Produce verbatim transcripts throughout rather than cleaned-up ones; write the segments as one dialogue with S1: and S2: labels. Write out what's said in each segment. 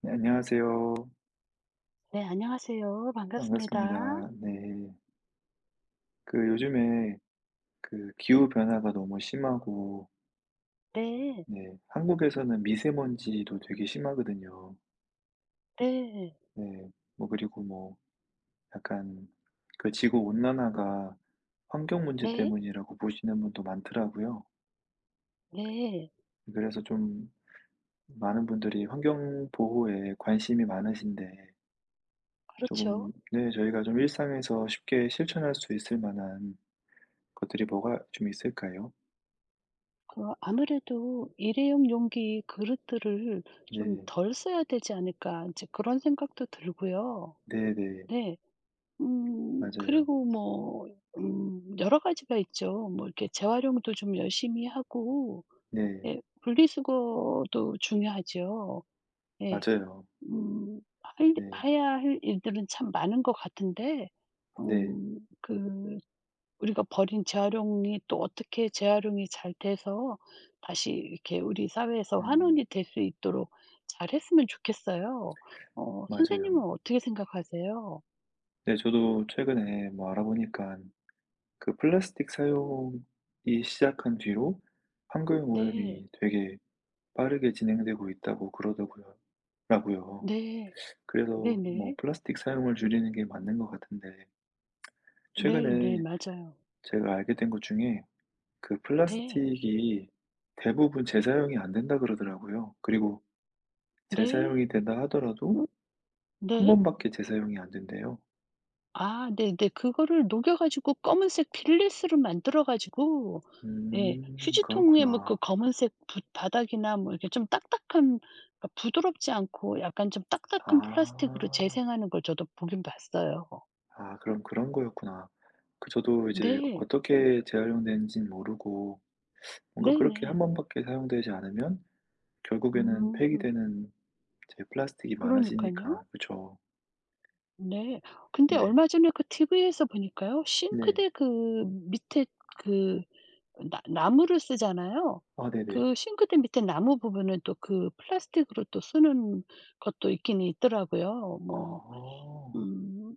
S1: 네, 안녕하세요.
S2: 네, 안녕하세요. 반갑습니다.
S1: 반갑습니다. 네. 그 요즘에 그 기후 변화가 너무 심하고
S2: 네.
S1: 네. 한국에서는 미세먼지도 되게 심하거든요.
S2: 네.
S1: 네. 뭐 그리고 뭐 약간 그 지구 온난화가 환경 문제
S2: 네.
S1: 때문이라고 보시는 분도 많더라고요.
S2: 네.
S1: 그래서 좀 많은 분들이 환경 보호에 관심이 많으신데 조금
S2: 그렇죠.
S1: 네, 저희가 좀 일상에서 쉽게 실천할 수 있을 만한 것들이 뭐가 좀 있을까요?
S2: 그 아무래도 '일회용 용기 그릇들을 좀
S1: 네.
S2: 덜 써야 되지 않을까.' 이제 그런 생각도 들고요.
S1: 네네.
S2: 네. 음
S1: 맞아요.
S2: 그리고 뭐 음 여러 가지가 있죠. 뭐 이렇게 재활용도 좀 열심히 하고
S1: 네.
S2: 예 분리수거도 중요하죠. 예.
S1: 맞아요.
S2: 음 할
S1: 네.
S2: 해야 할 일들은 참 많은 것 같은데
S1: 네.
S2: 음 그 우리가 버린 재활용이 또 어떻게 재활용이 잘 돼서 다시 이렇게 우리 사회에서
S1: 음.
S2: 환원이 될 수 있도록 잘했으면 좋겠어요. 어 선생님은
S1: 맞아요.
S2: 어떻게 생각하세요?
S1: 네. 저도 최근에 뭐 알아보니까 그 플라스틱 사용이 시작한 뒤로 환경
S2: 네.
S1: 오염이 되게 빠르게 진행되고 있다고 그러더고요 라고요
S2: 네.
S1: 그래서 뭐
S2: 네네.
S1: 플라스틱 사용을 줄이는 게 맞는 것 같은데
S2: 네네.
S1: 최근에
S2: 맞아요.
S1: 제가 알게 된 것 중에 그
S2: 네.
S1: 플라스틱이 대부분 재사용이 안 된다 그러더라고요. 그리고
S2: 네.
S1: 재사용이 된다 하더라도
S2: 음.
S1: 한
S2: 네.
S1: 번밖에 재사용이 안 된대요.
S2: 아 네네. 그거를 녹여 가지고 검은색 빌리스를 만들어 가지고 예
S1: 음,
S2: 휴지통에 뭐 그
S1: 그렇구나.
S2: 검은색 부- 바닥이나 뭐 이렇게 좀 딱딱한, 그러니까 부드럽지 않고 약간 좀 딱딱한 플라스틱으로
S1: 아.
S2: 재생하는 걸 저도 보긴 봤어요.
S1: 아, 그럼 그런 거였구나. 그 저도 이제
S2: 네.
S1: 어떻게 재활용되는지는 모르고 뭔가 그렇게 한
S2: 네네.
S1: 번밖에 사용되지 않으면 결국에는
S2: 음.
S1: 폐기되는 이제 플라스틱이
S2: 그러니까요.
S1: 많아지니까 그쵸.
S2: 네. 근데
S1: 네.
S2: 얼마 전에 그 티비에서 보니까요.
S1: 네.
S2: 싱크대 그 밑에 그 나 나무를 쓰잖아요.
S1: 아 네네.
S2: 그 싱크대 밑에 나무 부분은 또 그 플라스틱으로 또 쓰는 것도 있긴 있더라고요.
S1: 아.
S2: 뭐 음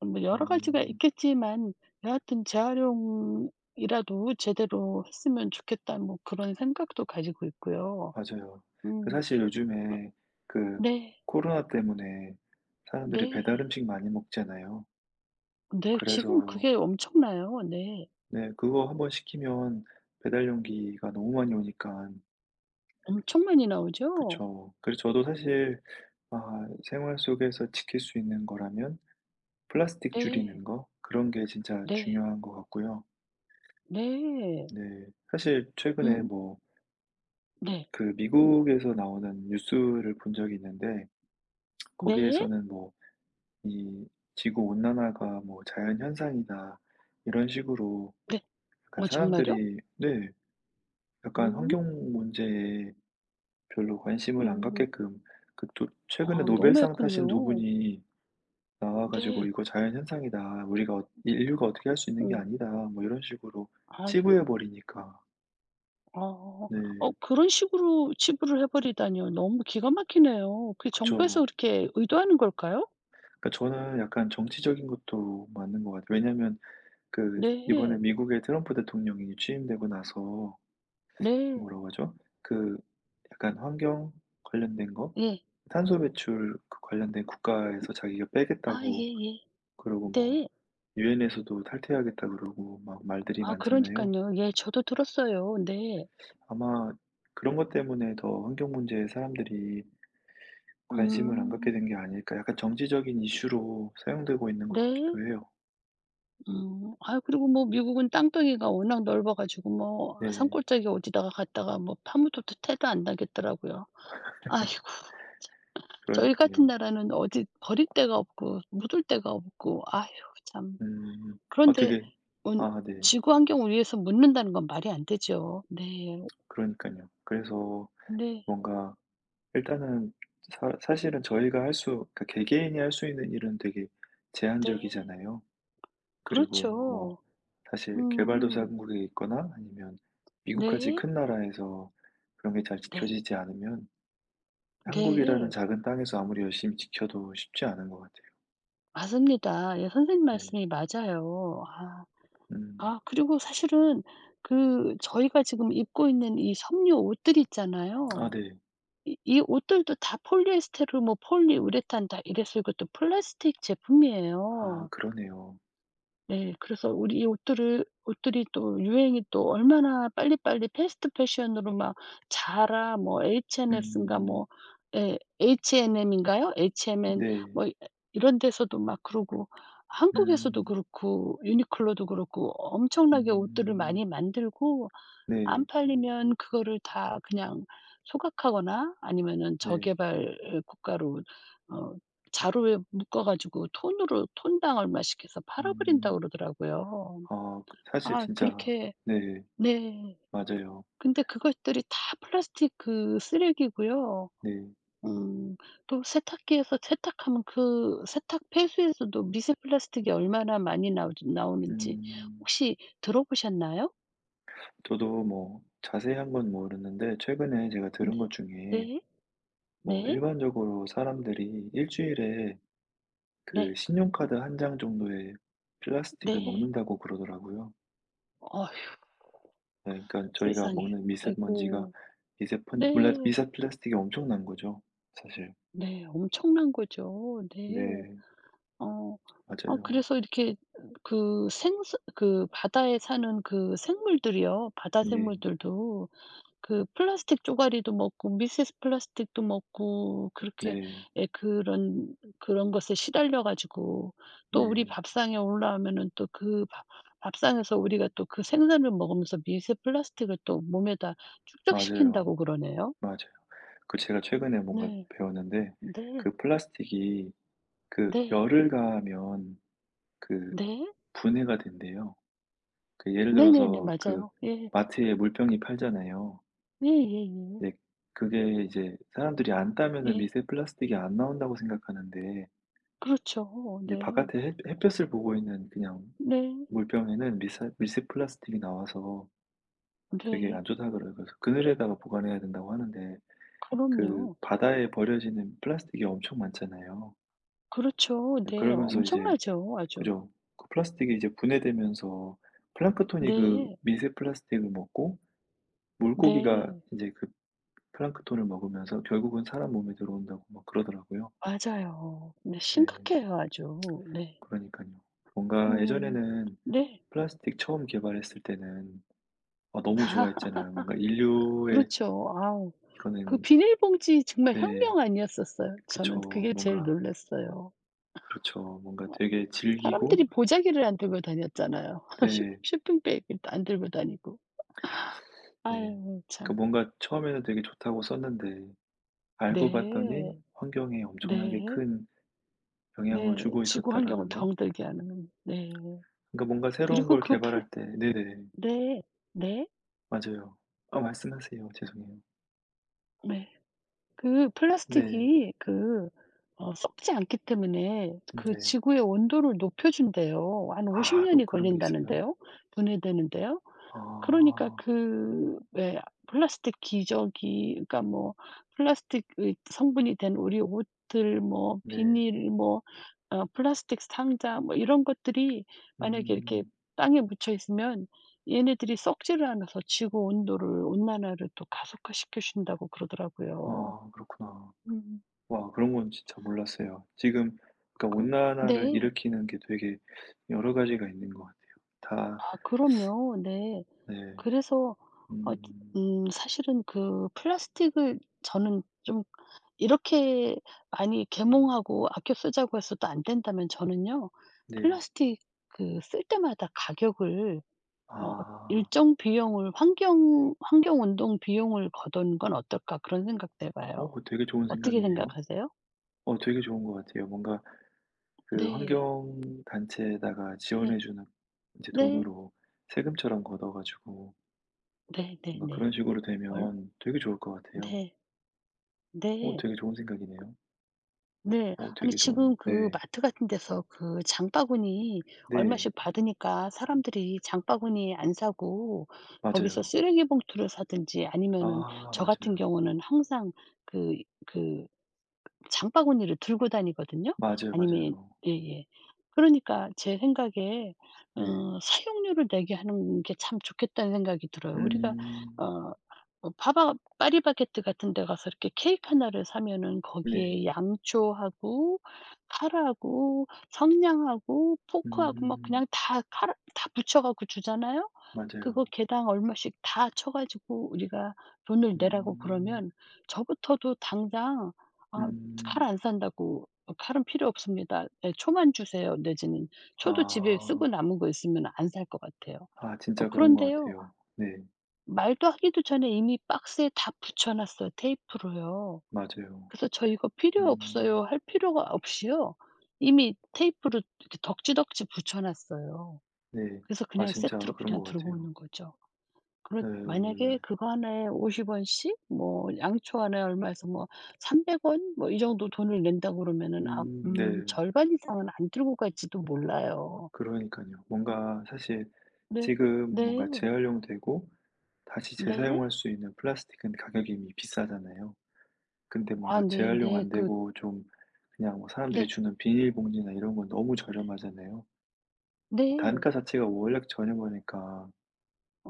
S2: 뭐 여러 가지가
S1: 음.
S2: 있겠지만 여하튼 '재활용이라도 제대로 했으면 좋겠다.' 뭐 그런 생각도 가지고 있고요.
S1: 맞아요. 그
S2: 음.
S1: 사실 요즘에 그
S2: 네.
S1: 코로나 때문에 사람들이 배달
S2: 네.
S1: 음식 많이 먹잖아요.
S2: 네. 지금
S1: 그래서
S2: 그게 엄청나요. 네.
S1: 네. 그거 한번 시키면 배달 용기가 너무 많이 오니까.
S2: 엄청 많이 나오죠?
S1: 그쵸. 그래서 저도 사실 아 생활 속에서 지킬 수 있는 거라면 플라스틱 줄이는
S2: 네.
S1: 거 그런 게 진짜
S2: 네.
S1: 중요한 것 같고요.
S2: 네.
S1: 네. 사실 최근에
S2: 음.
S1: 뭐
S2: 네.
S1: 그 미국에서 나오는 뉴스를 본 적이 있는데
S2: 네.
S1: 거기에서는 뭐 이 지구 온난화가 뭐 자연 현상이다 이런 식으로
S2: 네.
S1: 약간
S2: 어 정말요?
S1: 사람들이 네. 약간
S2: 음.
S1: 환경 문제에 별로 관심을 안
S2: 음.
S1: 갖게끔 그 또
S2: 아
S1: 최근에
S2: 너무 했
S1: 노벨상
S2: 군
S1: 타신 두
S2: 요
S1: 분이 나와 가지고
S2: 네.
S1: "이거 자연현상이다. 우리가 어 인류가 어떻게 할 수 있는 게
S2: 음.
S1: 아니다." 뭐 이런 식으로
S2: 아.
S1: 치부해 버리니까.
S2: 아. 어
S1: 네.
S2: 그런 식으로 치부를 해 버리다니요. 너무 기가 막히네요. 그게 정부에서
S1: 그쵸.
S2: 그렇게 의도하는 걸까요?
S1: 그러니까 저는 약간 정치적인 것도 맞는 것 같아요. 왜냐면 그 이번에
S2: 네.
S1: 미국의 트럼프 대통령이 취임되고 나서
S2: 네.
S1: 뭐라고 하죠? 그 약간 환경 관련된 거?
S2: 예.
S1: 탄소 배출 그 관련된 국가에서 자기가
S2: 아
S1: 빼겠다고
S2: 예예.
S1: 그러고 뭐
S2: 네.
S1: 유엔에서도 탈퇴하겠다 그러고 막 말들이
S2: 아
S1: 많잖아요.
S2: 그러니깐요. 예 저도 들었어요. 네.
S1: 아마 그런 것 때문에 더 환경 문제에 사람들이 관심을 안 갖게
S2: 음.
S1: 된 게 아닐까. 약간 정치적인 이슈로 사용되고 있는 것
S2: 네.
S1: 같기도 해요.
S2: 음. 아 그리고 뭐 미국은 땅덩이가 워낙 넓어 가지고 뭐
S1: 네.
S2: 산골짜기 어디다가 갔다가 뭐 파묻어도 태도 안 나겠더라고요. 아이고. 저희 같은
S1: 그러니깐요.
S2: 나라는 어디 버릴 데가 없고 묻을 데가 없고 아휴 참.
S1: 음. 아
S2: 그런데
S1: 되게
S2: 온
S1: 아 네.
S2: 지구 환경을 위해서 묻는다는 건 말이 안 되죠. 네.
S1: 그러니깐요. 그래서
S2: 네.
S1: 뭔가 일단은 사 사실은 저희가 할 수 그러니까 개개인이 할 수 있는 일은 되게
S2: 네.
S1: 제한적이잖아요. 그리고 뭐
S2: 그렇죠.
S1: 사실
S2: 음.
S1: 개발도상국에 있거나 아니면 미국같이
S2: 네.
S1: 큰 나라에서 그런 게 잘
S2: 네.
S1: 지켜지지 않으면 한국이라는
S2: 네.
S1: 작은 땅에서 아무리 열심히 지켜도 쉽지 않은 것 같아요.
S2: 맞습니다. 예 선생님
S1: 네.
S2: 말씀이 맞아요. 아.
S1: 음.
S2: 아 그리고 사실은 그 저희가 지금 입고 있는 이 섬유 옷들
S1: 아
S2: 있잖아요.
S1: 네.
S2: 이 이 옷들도 다 폴리에스테르 뭐 폴리우레탄 다 이랬어요. 이것도 플라스틱
S1: 아
S2: 제품이에요.
S1: 그러네요.
S2: 네. 그래서 우리 이 옷들을 옷들이 또 유행이 또 얼마나 빨리빨리 패스트 패션으로 막 자라 뭐 에이치앤에스인가
S1: 음.
S2: 뭐 예 에이치앤엠인가요? 에이치앤엠
S1: 네.
S2: 뭐 이 이런 데서도 막 그러고 한국에서도
S1: 음.
S2: 그렇고 유니클로도 그렇고 엄청나게 옷들을
S1: 음.
S2: 많이 만들고 안
S1: 네.
S2: 팔리면 그거를 다 그냥 소각하거나 아니면은
S1: 네.
S2: 저개발 국가로 어 자루에 묶어 가지고 톤으로 톤당 얼마씩 해서
S1: 음.
S2: 팔아버린다고 그러더라고요.
S1: 아 그 사실
S2: 아
S1: 진짜
S2: 그렇게.
S1: 네.
S2: 네.
S1: 맞아요.
S2: 근데 그것들이 다 플라스틱 그 쓰레기고요.
S1: 네.
S2: 음 또 세탁기에서 세탁하면 그 세탁 폐수에서도 미세 플라스틱이 얼마나 많이 나오 나오는지
S1: 음.
S2: 혹시 들어보셨나요?
S1: 저도 뭐 자세한 건 모르는데 최근에 제가
S2: 네.
S1: 들은 것 중에
S2: 네.
S1: 뭐
S2: 네.
S1: 일반적으로 사람들이 일주일에 그
S2: 네.
S1: 신용카드 한 장 정도의 플라스틱을
S2: 네.
S1: 먹는다고 그러더라고요.
S2: 어휴.
S1: 네 그러니까 저희가
S2: 세상에.
S1: 먹는 미세먼지가
S2: 아이고.
S1: 미세 펀 몰라
S2: 네.
S1: 미세 플라스틱이 엄청난 거죠 사실.
S2: 네. 엄청난 거죠. 네.
S1: 네
S2: 어. 아
S1: 맞아요.
S2: 그래서 이렇게 그 생수 그 바다에 사는 그 생물들이요. 바다
S1: 네.
S2: 생물들도 그 플라스틱 쪼가리도 먹고 미세스 플라스틱도 먹고 그렇게
S1: 네.
S2: 예 그런 그런 것에 시달려 가지고 또 우리
S1: 네.
S2: 밥상에 올라오면은 또 그 밥 밥상에서 우리가 또 그 생선을 먹으면서 미세 플라스틱을 또 몸에다
S1: 맞아요.
S2: 축적시킨다고 그러네요.
S1: 맞아요. 그 제가 최근에 뭔가
S2: 네.
S1: 배웠는데
S2: 네.
S1: 그 플라스틱이 그
S2: 네.
S1: 열을 가하면 그
S2: 네.
S1: 분해가 된대요. 그 예를
S2: 네네네.
S1: 들어서 그
S2: 맞아요. 예.
S1: 마트에 물병이 팔잖아요.
S2: 예예예. 예.
S1: 네. 그게 이제 사람들이 안
S2: 예,
S1: 따면은
S2: 예,
S1: 미세 플라스틱이 안 나온다고 생각하는데
S2: 그렇죠.
S1: 이제
S2: 네.
S1: 바깥에 햇 햇볕을 보고 있는 그냥
S2: 네.
S1: 물병에는 미세 미세 플라스틱이 나와서 되게
S2: 네.
S1: 안 좋다 그래요. 그래서 그늘에다가 보관해야 된다고 하는데 그
S2: 그럼요.
S1: 바다에 버려지는 플라스틱이 엄청 많잖아요.
S2: 그렇죠.
S1: 네,
S2: 네.
S1: 그러면서 이제
S2: 엄청나죠 아주.
S1: 그죠. 그 플라스틱이 이제 분해되면서 플랑크톤이 그
S2: 네.
S1: 미세 플라스틱을 먹고 물고기가
S2: 네.
S1: 이제 그 플랑크톤을 먹으면서 결국은 사람 몸에 들어온다고 막 그러더라고요.
S2: 맞아요. 네.
S1: 예.
S2: 심각해요 아주. 네.
S1: 그러니까요 뭔가
S2: 음.
S1: 예전에는
S2: 네.
S1: 플라스틱 처음 개발했을 때는 아 너무 좋아했잖아요. 뭔가 인류의
S2: 그렇죠. 아우 그
S1: 이거는
S2: 비닐봉지 정말
S1: 네.
S2: 혁명 아니었었어요? 저는
S1: 그쵸.
S2: 그게 제일
S1: 뭔가
S2: 놀랐어요.
S1: 그렇죠. 뭔가
S2: 어
S1: 되게 즐기고
S2: 사람들이 보자기를 안 들고 다녔잖아요. 쇼
S1: 네.
S2: 쇼핑백을 안 들고 다니고.
S1: 네.
S2: 아유
S1: 그러니까
S2: 참.
S1: 뭔가 처음에는 되게 좋다고 썼는데 알고 봤더니
S2: 네.
S1: 환경에 엄청나게
S2: 네.
S1: 큰 영향을
S2: 네.
S1: 주고
S2: 지구 환경을
S1: 있었다라는 거.
S2: 병들게 하는. 네.
S1: 그러니까 뭔가 새로운
S2: 그리고
S1: 걸
S2: 그 플라
S1: 개발할 때 네네.
S2: 네. 네.
S1: 맞아요. 아 말씀하세요. 죄송해요.
S2: 네. 그
S1: 네.
S2: 플라스틱이 그 어 썩지 않기 때문에 그
S1: 네.
S2: 지구의 온도를 높여 준대요. 한
S1: 아
S2: 오십 년
S1: 또
S2: 년이
S1: 그런 게 있어요?
S2: 걸린다는데요. 분해되는데요. 그러니까
S1: 아.
S2: 그 왜 플라스틱 기저귀, 그러니까 뭐 플라스틱 성분이 된 우리 옷들 뭐
S1: 네.
S2: 비닐 뭐 어 플라스틱 상자 뭐 이런 것들이 만약에 이렇게
S1: 음.
S2: 땅에 묻혀 있으면 얘네들이 썩지를 않아서 지구 온도를, 온난화를 또 가속화시켜 준다고 그러더라고요.
S1: 아 그렇구나.
S2: 음.
S1: 와 그런 건 진짜 몰랐어요. 지금 그러니까
S2: 그.
S1: 온난화를
S2: 네.
S1: 일으키는 게 되게 여러 가지가 있는 것 같아요. 다
S2: 아 그럼요. 네.
S1: 네.
S2: 그래서 어
S1: 음.
S2: 음 사실은 그 플라스틱을 저는 좀 이렇게 많이 계몽하고 아껴 쓰자고 해서도 안 된다면 저는요.
S1: 네.
S2: 플라스틱 그 쓸 때마다 가격을 어
S1: 아.
S2: '일정 비용을 환경 환경 운동 비용을 거둔는건 어떨까?' 그런 생각도 해
S1: 어
S2: 봐요.
S1: 그거 되게 좋은
S2: 어떻게
S1: 생각이네요.
S2: 생각하세요?
S1: 어 되게 좋은 것 같아요. 뭔가 그
S2: 네.
S1: 환경 단체에다가
S2: 예.
S1: 지원해 주는 이제
S2: 네.
S1: 돈으로 세금처럼 걷어 가지고
S2: 네. 네 네
S1: 뭔가
S2: 네.
S1: 그런 식으로
S2: 얼
S1: 되면 되게 좋을 것 같아요.
S2: 네.
S1: 어
S2: 네.
S1: 되게 좋은 생각이네요.
S2: 네.
S1: 어
S2: 아니
S1: 되게
S2: 지금
S1: 좋은
S2: 그
S1: 네.
S2: 마트 같은 데서 그 장바구니
S1: 네.
S2: 얼마씩 받으니까 사람들이 장바구니 안 사고 거기서
S1: 맞아요.
S2: 쓰레기 봉투를 사든지 아니면은
S1: 아
S2: 저 같은
S1: 맞아요.
S2: 경우는 항상 그그 장바구니를 들고 다니거든요.
S1: 맞아요,
S2: 아니면
S1: 맞아요.
S2: 예예. 그러니까 제 생각에
S1: 네.
S2: 어 '사용료를 내게 하는 게 참 좋겠다.'는 생각이 들어요. 우리가
S1: 음.
S2: 어 어 파바 파리바게뜨 같은 데 가서 이렇게 케이크 하나를 사면은
S1: 네.
S2: 거기에 양초하고 카라하고 성냥하고 포크하고 막
S1: 음.
S2: 그냥 다 칼을 다 붙여 갖고 주잖아요. 그거
S1: 맞아요.
S2: 개당 얼마씩 다 쳐 가지고 우리가 돈을 내라고
S1: 음.
S2: 그러면 저부터도 당장 아 칼
S1: 음.
S2: 안 산다고 "어 칼은 필요 없습니다. 예 초만 주세요." 내지는 초도 집에
S1: 아.
S2: 쓰고 남은 거 있으면 안 살 것 같아요.
S1: 아
S2: 어
S1: 진짜 그런 것
S2: 그런데요.
S1: 같아요. 네.
S2: 말도 하기도 전에 이미 박스에 다 붙여 놨어요, 테이프로요.
S1: 맞아요.
S2: 그래서 "저 이거 필요
S1: 음.
S2: 없어요." 할 필요가 없이요. 이미 테이프로 이렇게 덕지덕지 붙여 놨어요.
S1: 네.
S2: 그래서
S1: 아
S2: 그냥
S1: 진짜
S2: 세트로
S1: 그런
S2: 그냥
S1: 것
S2: 들고
S1: 같아요.
S2: 오는 거죠. 그렇
S1: 예.
S2: 만약에 그거 하나에 오십 원 원씩 뭐 양초 하나에 얼마 에서뭐 300 원 뭐 이 정도 돈을 낸다 그러면은 아
S1: 음
S2: 음
S1: 네.
S2: 절반 이상은 안 들고 갈지도 몰라요.
S1: 그러니까요
S2: 음.
S1: 뭔가 사실
S2: 네.
S1: 지금 뭔가
S2: 네.
S1: 재활용되고 다시
S2: 네.
S1: 재사용할 수 있는 플라스틱은 가격이 이미 비싸잖아요. 근데
S2: 아
S1: 뭔가 재활용
S2: 네네.
S1: 안
S2: 그.
S1: 되고 좀 그냥 뭐 사람들이
S2: 네.
S1: 주는 비닐봉지나 이런 건 너무 저렴하잖아요.
S2: 네.
S1: 단가 자체가 원래 저렴하니까.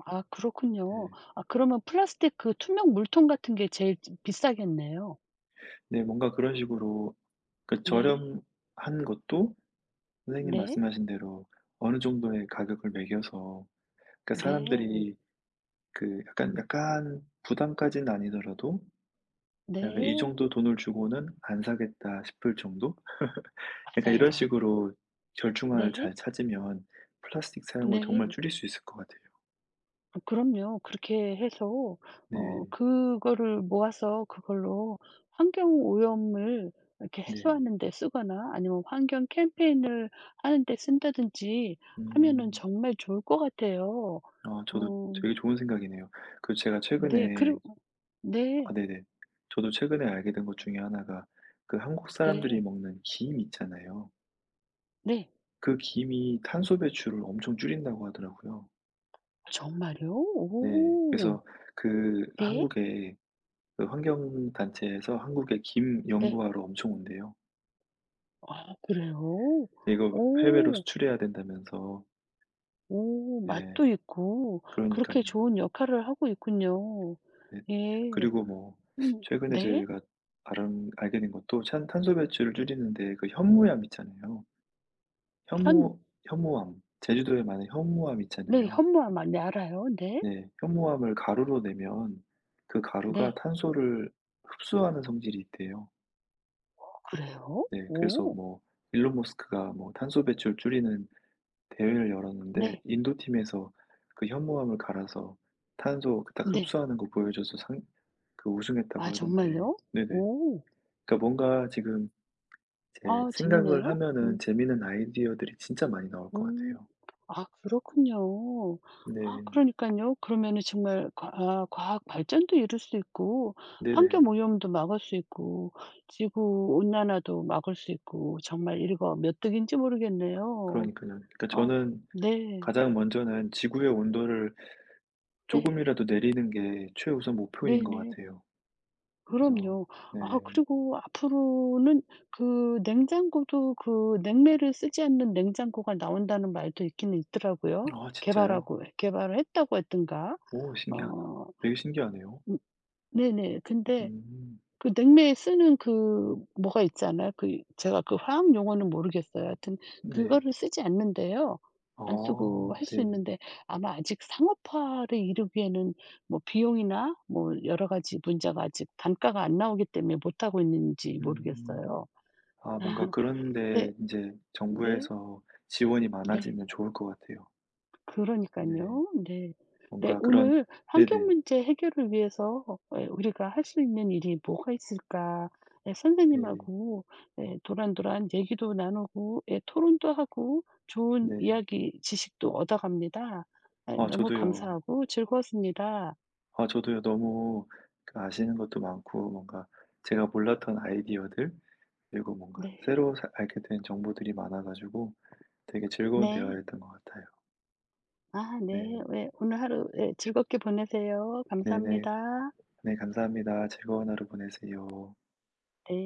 S2: 아 그렇군요.
S1: 네.
S2: 아 그러면 플라스틱 그 투명 물통 같은 게 제일 지- 비싸겠네요.
S1: 네 뭔가 그런 식으로 그
S2: 네.
S1: 저렴한 것도 선생님
S2: 네.
S1: 말씀하신 대로 어느 정도의 가격을 매겨서 그러니까
S2: 네.
S1: 사람들이 그 약간 약간 부담까지는 아니더라도 약간 '이
S2: 네.
S1: 정도 돈을 주고는 안 사겠다.' 싶을 정도? 약간 이런
S2: 맞아요.
S1: 식으로 절충안을
S2: 네.
S1: 잘 찾으면 플라스틱 사용을 정말
S2: 네.
S1: 줄일 수 있을 것 같아요.
S2: 어 그럼요. 그렇게 해서 어
S1: 네.
S2: 그거를 모아서 그걸로 환경 오염을 이렇게
S1: 네.
S2: 해소하는 데 쓰거나 아니면 환경 캠페인을 하는 데 쓴다든지 하면은
S1: 음.
S2: 정말 좋을 것 같아요.
S1: 아 저도
S2: 어
S1: 되게 좋은 생각이네요. 그 제가
S2: 네. 그리고
S1: 최근에 아
S2: 네.
S1: 네네. 저도 최근에 알게 된 것 중에 하나가 그 한국 사람들이
S2: 네.
S1: 먹는 김 있잖아요.
S2: 네.
S1: 그 김이 탄소 배출을 엄청 줄인다고 하더라고요.
S2: 정말요?
S1: 네.
S2: 오.
S1: 그래서 그
S2: 네.
S1: 한국의 그 환경 단체에서 한국에 김
S2: 네.
S1: 연구하러 엄청 온대요.
S2: 아 그래요?
S1: 이거 해외로
S2: 오.
S1: 수출해야 된다면서.
S2: 오
S1: 네.
S2: 맛도 있고
S1: 그러니까
S2: 그렇게
S1: 요
S2: 좋은 역할을 하고 있군요.
S1: 네.
S2: 예.
S1: 그리고 뭐
S2: 음.
S1: 최근에
S2: 네.
S1: 저희가 알은 알게 된 것도 찬 탄소 배출을 줄이는데 그 현무암 있잖아요.
S2: 현
S1: 현무 현무암. 제주도에 많은 현무암
S2: 네.
S1: 있잖아요.
S2: 현무암 네 알아요. 네.
S1: 네. 현무암을 가루로 내면 그 가루가
S2: 네.
S1: 탄소를 흡수하는 성질이 있대요.
S2: 그래요?
S1: 네. 그래서
S2: 오.
S1: 뭐 일론 머스크가 뭐 탄소 배출 줄이는 대회를 열었는데
S2: 네.
S1: 인도 팀에서 그 현무암을 갈아서 탄소 그 딱
S2: 네.
S1: 흡수하는 거 보여줘서 상 그
S2: 아
S1: 우승했다고 하던데.
S2: 정말요?
S1: 네네.
S2: 오.
S1: 그러니까 뭔가 지금 제
S2: 아
S1: 생각을
S2: 재밌네요.
S1: 하면은
S2: 음.
S1: 재미있는 아이디어들이 진짜 많이 나올 것
S2: 음.
S1: 같아요.
S2: 아 그렇군요. 아
S1: 네.
S2: 그러니깐요. 그러면은 정말 과 아 과학 발전도 이룰 수 있고 환경
S1: 네네.
S2: 오염도 막을 수 있고 지구 온난화도 막을 수 있고 정말 일거 몇득인지
S1: 그러
S2: 모르겠네요.
S1: 니까요 그러니까
S2: 어.
S1: 저는
S2: 네.
S1: 가장 먼저는 지구의 온도를 조금이
S2: 네.
S1: 라도 내리는 게 최우선 목표인 것
S2: 네네.
S1: 같아요. 그래서
S2: 그럼요.
S1: 네.
S2: 아 그리고 앞으로는 그 냉장고도 그 냉매를 쓰지 않는 냉장고가 나온다는 말도 있기는 있더라고요.
S1: 아 진짜요?
S2: 개발하고 개발을 했다고 했던가.
S1: 오 신기하다.
S2: 어
S1: 되게 신기하네요.
S2: 음 네네. 근데
S1: 음.
S2: 그 냉매에 쓰는 그 뭐가 있지 않아요? 그 제가 그 화학 용어는 모르겠어요. 하여튼
S1: 네.
S2: 그거를 쓰지 않는데요. 안 쓰고
S1: 아
S2: 할 수
S1: 네.
S2: 있는데 아마 아직 상업화를 이루기에는 뭐 비용이나 뭐 여러 가지 문제가 아직 단가가 안 나오기 때문에 못 하고 있는지
S1: 음.
S2: 모르겠어요.
S1: 아 뭔가 그런
S2: 네.
S1: 데 인제
S2: 네.
S1: 정부에서 지원이
S2: 네.
S1: 많아지면 좋을 것 같아요. 네.
S2: 그러니깐요. 네. 네
S1: 뭔가 그런
S2: 오늘 환경
S1: 네네.
S2: 문제 해결을 위해서 예 우리가 할 수 있는 일이 뭐가 있을까? 예
S1: 네.
S2: 선생님하고 예 도란도란 얘기도 나누고 예 토론도 하고 좋은
S1: 네.
S2: 이야기 지식도 얻어갑니다. 예
S1: 아
S2: 너무
S1: 저도요.
S2: 감사하고 즐거웠습니다.
S1: 아 저도요. 너무 그 아시는 것도 많고 뭔가 제가 몰랐던 아이디어들 그리고 뭔가
S2: 네.
S1: 새로 사 알게 된 정보들이 많아 가지고 되게 즐거운
S2: 네.
S1: 대화였던 것 같아요.
S2: 아 네.
S1: 네.
S2: 예 오늘 하루 예 즐겁게 보내세요.
S1: 네네. 네
S2: 감사합니다.
S1: 네, 감사합니다. 즐거운 하루 보내세요.
S2: 네.